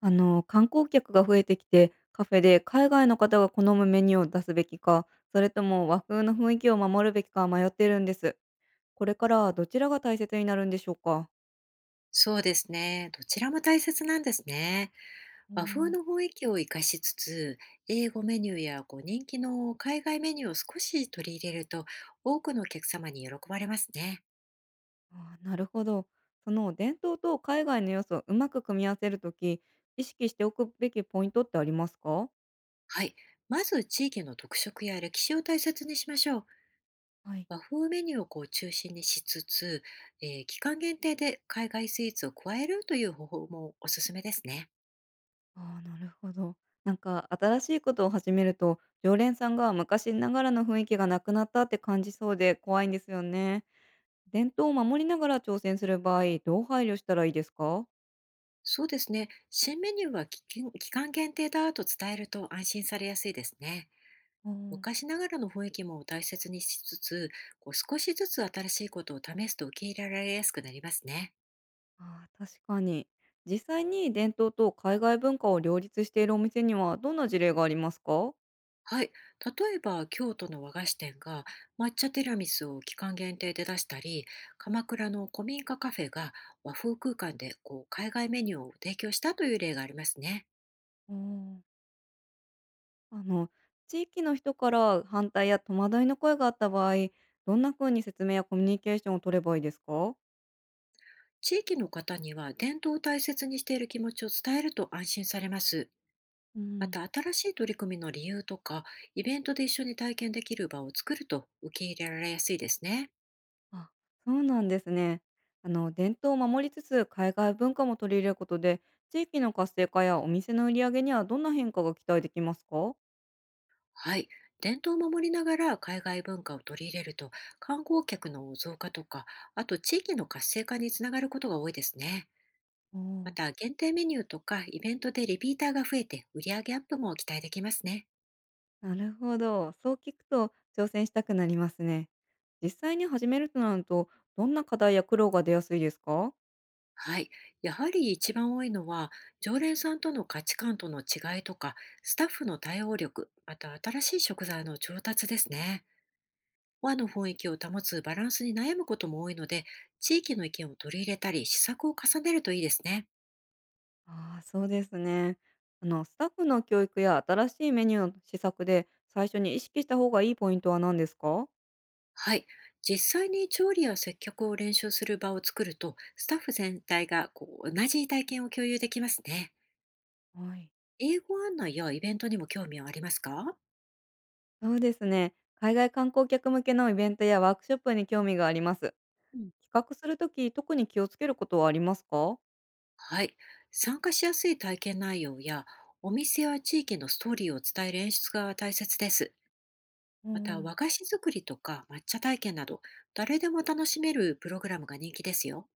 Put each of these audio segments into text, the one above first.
観光客が増えてきて、カフェで海外の方が好むメニューを出すべきか、それとも和風の雰囲気を守るべきか迷ってるんです。これからはどちらが大切になるんでしょうか。そうですね。どちらも大切なんですね。お和風ーの雰囲気を生かしつつ、英語メニューや人気の海外メニューを少し取り入れると、多くのお客様に喜ばれますね。あーなるほど。その伝統と海外の要素をうまく組み合わせるとき、意識しておくべきポイントってありますか？はい。まず地域の特色や歴史を大切にしましょう。はい。和風メニューを中心にしつつ、期間限定で海外スイーツを加えるという方法もおすすめですね。ああなるほど。なんか新しいことを始めると、常連さんが昔ながらの雰囲気がなくなったって感じそうで怖いんですよね。伝統を守りながら挑戦する場合、どう配慮したらいいですか？そうですね。新メニューは期間限定だと伝えると安心されやすいですね。うん。昔ながらの雰囲気も大切にしつつ、少しずつ新しいことを試すと受け入れられやすくなりますね。ああ、確かに。実際に伝統と海外文化を両立しているお店にはどんな事例がありますか？はい。例えば、京都の和菓子店が抹茶ティラミスを期間限定で出したり、鎌倉の古民家カフェが和風空間で海外メニューを提供したという例がありますね。うん。あの、地域の人から反対や戸惑いの声があった場合、どんな風に説明やコミュニケーションを取ればいいですか？地域の方には伝統を大切にしている気持ちを伝えると安心されます。うまん。た、新しい取り組みの理由とか、イベントで一緒に体験できる場を作ると受け入れられやすいですね。あ、そうなんですね。あの、伝統を守りつつ海外文化も取り入れることで、地域の活性化やお店の売り上げにはどんな変化が期待できますか？はい。伝統を守りながら海外文化を取り入れると、観光客の増加とか、あと地域の活性化につながることが多いですね。おまお、た、限定メニューとかイベントでリピーターが増えて、売り上げアップも期待できますね。なるほど。そう聞くと挑戦したくなりますね。実際に始めるとなると、どんな課題や苦労が出やすいですか？はい。やはり一番多いのは、常連さんとの価値観との違いとか、スタッフの対応力、また新しい食材の調達ですね。和の雰囲気を保つバランスに悩むことも多いので、地域の意見を取り入れたり、試作を重ねるといいですね。ああー、そうですね。あの、スタッフの教育や新しいメニューの試作で最初に意識した方がいいポイントは何ですか？はい。実際に調理や接客を練習する場を作ると、スタッフ全体が同じ体験を共有できますね。はい。英語案内やイベントにも興味はありますか？そうですね。海外観光客向けのイベントやワークショップに興味があります。うん、企画するとき、特に気をつけることはありますか？はい。参加しやすい体験内容や、お店や地域のストーリーを伝える演出が大切です。おまた、ー和菓子作りとか抹茶体験など、誰でも楽しめるプログラムが人気ですよ。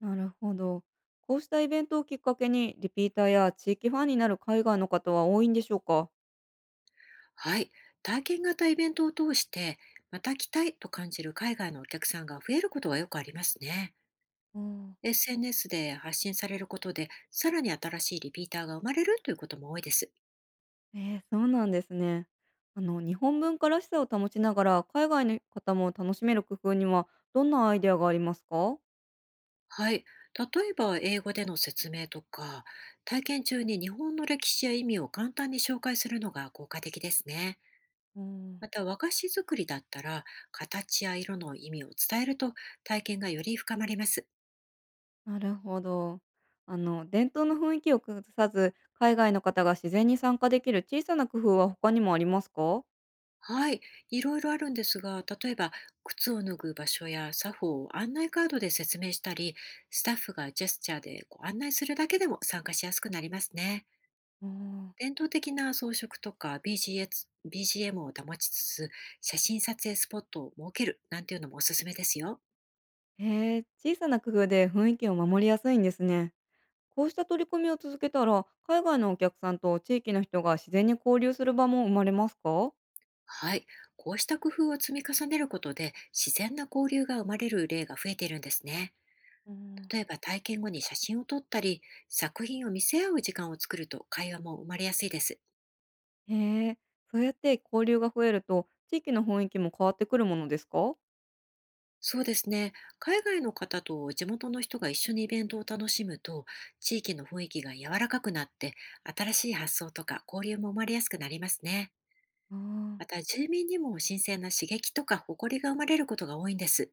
なるほど。こうしたイベントをきっかけに、リピーターや地域ファンになる海外の方は多いんでしょうか？はい。体験型イベントを通して、また来たいと感じる海外のお客さんが増えることがよくありますね。おお。SNS で発信されることで、さらに新しいリピーターが生まれるということも多いです。ええ、そうなんですね。あの、日本文化らしさを保ちながら、海外の方も楽しめる工夫には、どんなアイデアがありますか？はい。例えば、英語での説明とか、体験中に日本の歴史や意味を簡単に紹介するのが効果的ですね。うん。また、和菓子作りだったら、形や色の意味を伝えると、体験がより深まります。なるほど。あの、伝統の雰囲気を崩さず、海外の方が自然に参加できる小さな工夫は他にもありますか？はい。いろいろあるんですが、例えば、靴を脱ぐ場所や作法を案内カードで説明したり、スタッフがジェスチャーで案内するだけでも参加しやすくなりますね。おお。伝統的な装飾とか BGM を保ちつつ、写真撮影スポットを設けるなんていうのもおすすめですよ。へえ、小さな工夫で雰囲気を守りやすいんですね。こうした取り組みを続けたら、海外のお客さんと地域の人が自然に交流する場も生まれますか？はい。こうした工夫を積み重ねることで、自然な交流が生まれる例が増えているんですね。うん。例えば体験後に写真を撮ったり、作品を見せ合う時間を作ると会話も生まれやすいです。へえ、そうやって交流が増えると、地域の雰囲気も変わってくるものですか？そうですね。海外の方と地元の人が一緒にイベントを楽しむと、地域の雰囲気が柔らかくなって、新しい発想とか交流も生まれやすくなりますね。あ。また住民にも新鮮な刺激とか誇りが生まれることが多いんです。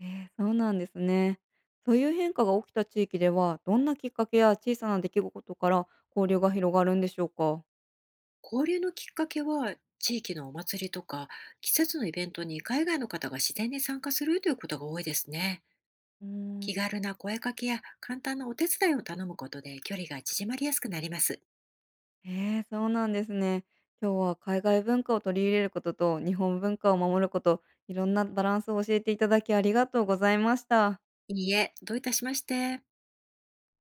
ええー、そうなんですね。そういう変化が起きた地域では、どんなきっかけや小さな出来事から交流が広がるんでしょうか？交流のきっかけは地域のお祭りとか季節のイベントに海外の方が自然に参加するということが多いですね。ーうん。気軽な声かけや簡単なお手伝いを頼むことで距離が縮まりやすくなります。ええ、そうなんですね。今日は海外文化を取り入れることと日本文化を守ること、いろんなバランスを教えていただきありがとうございました。いいえ、どういたしまして。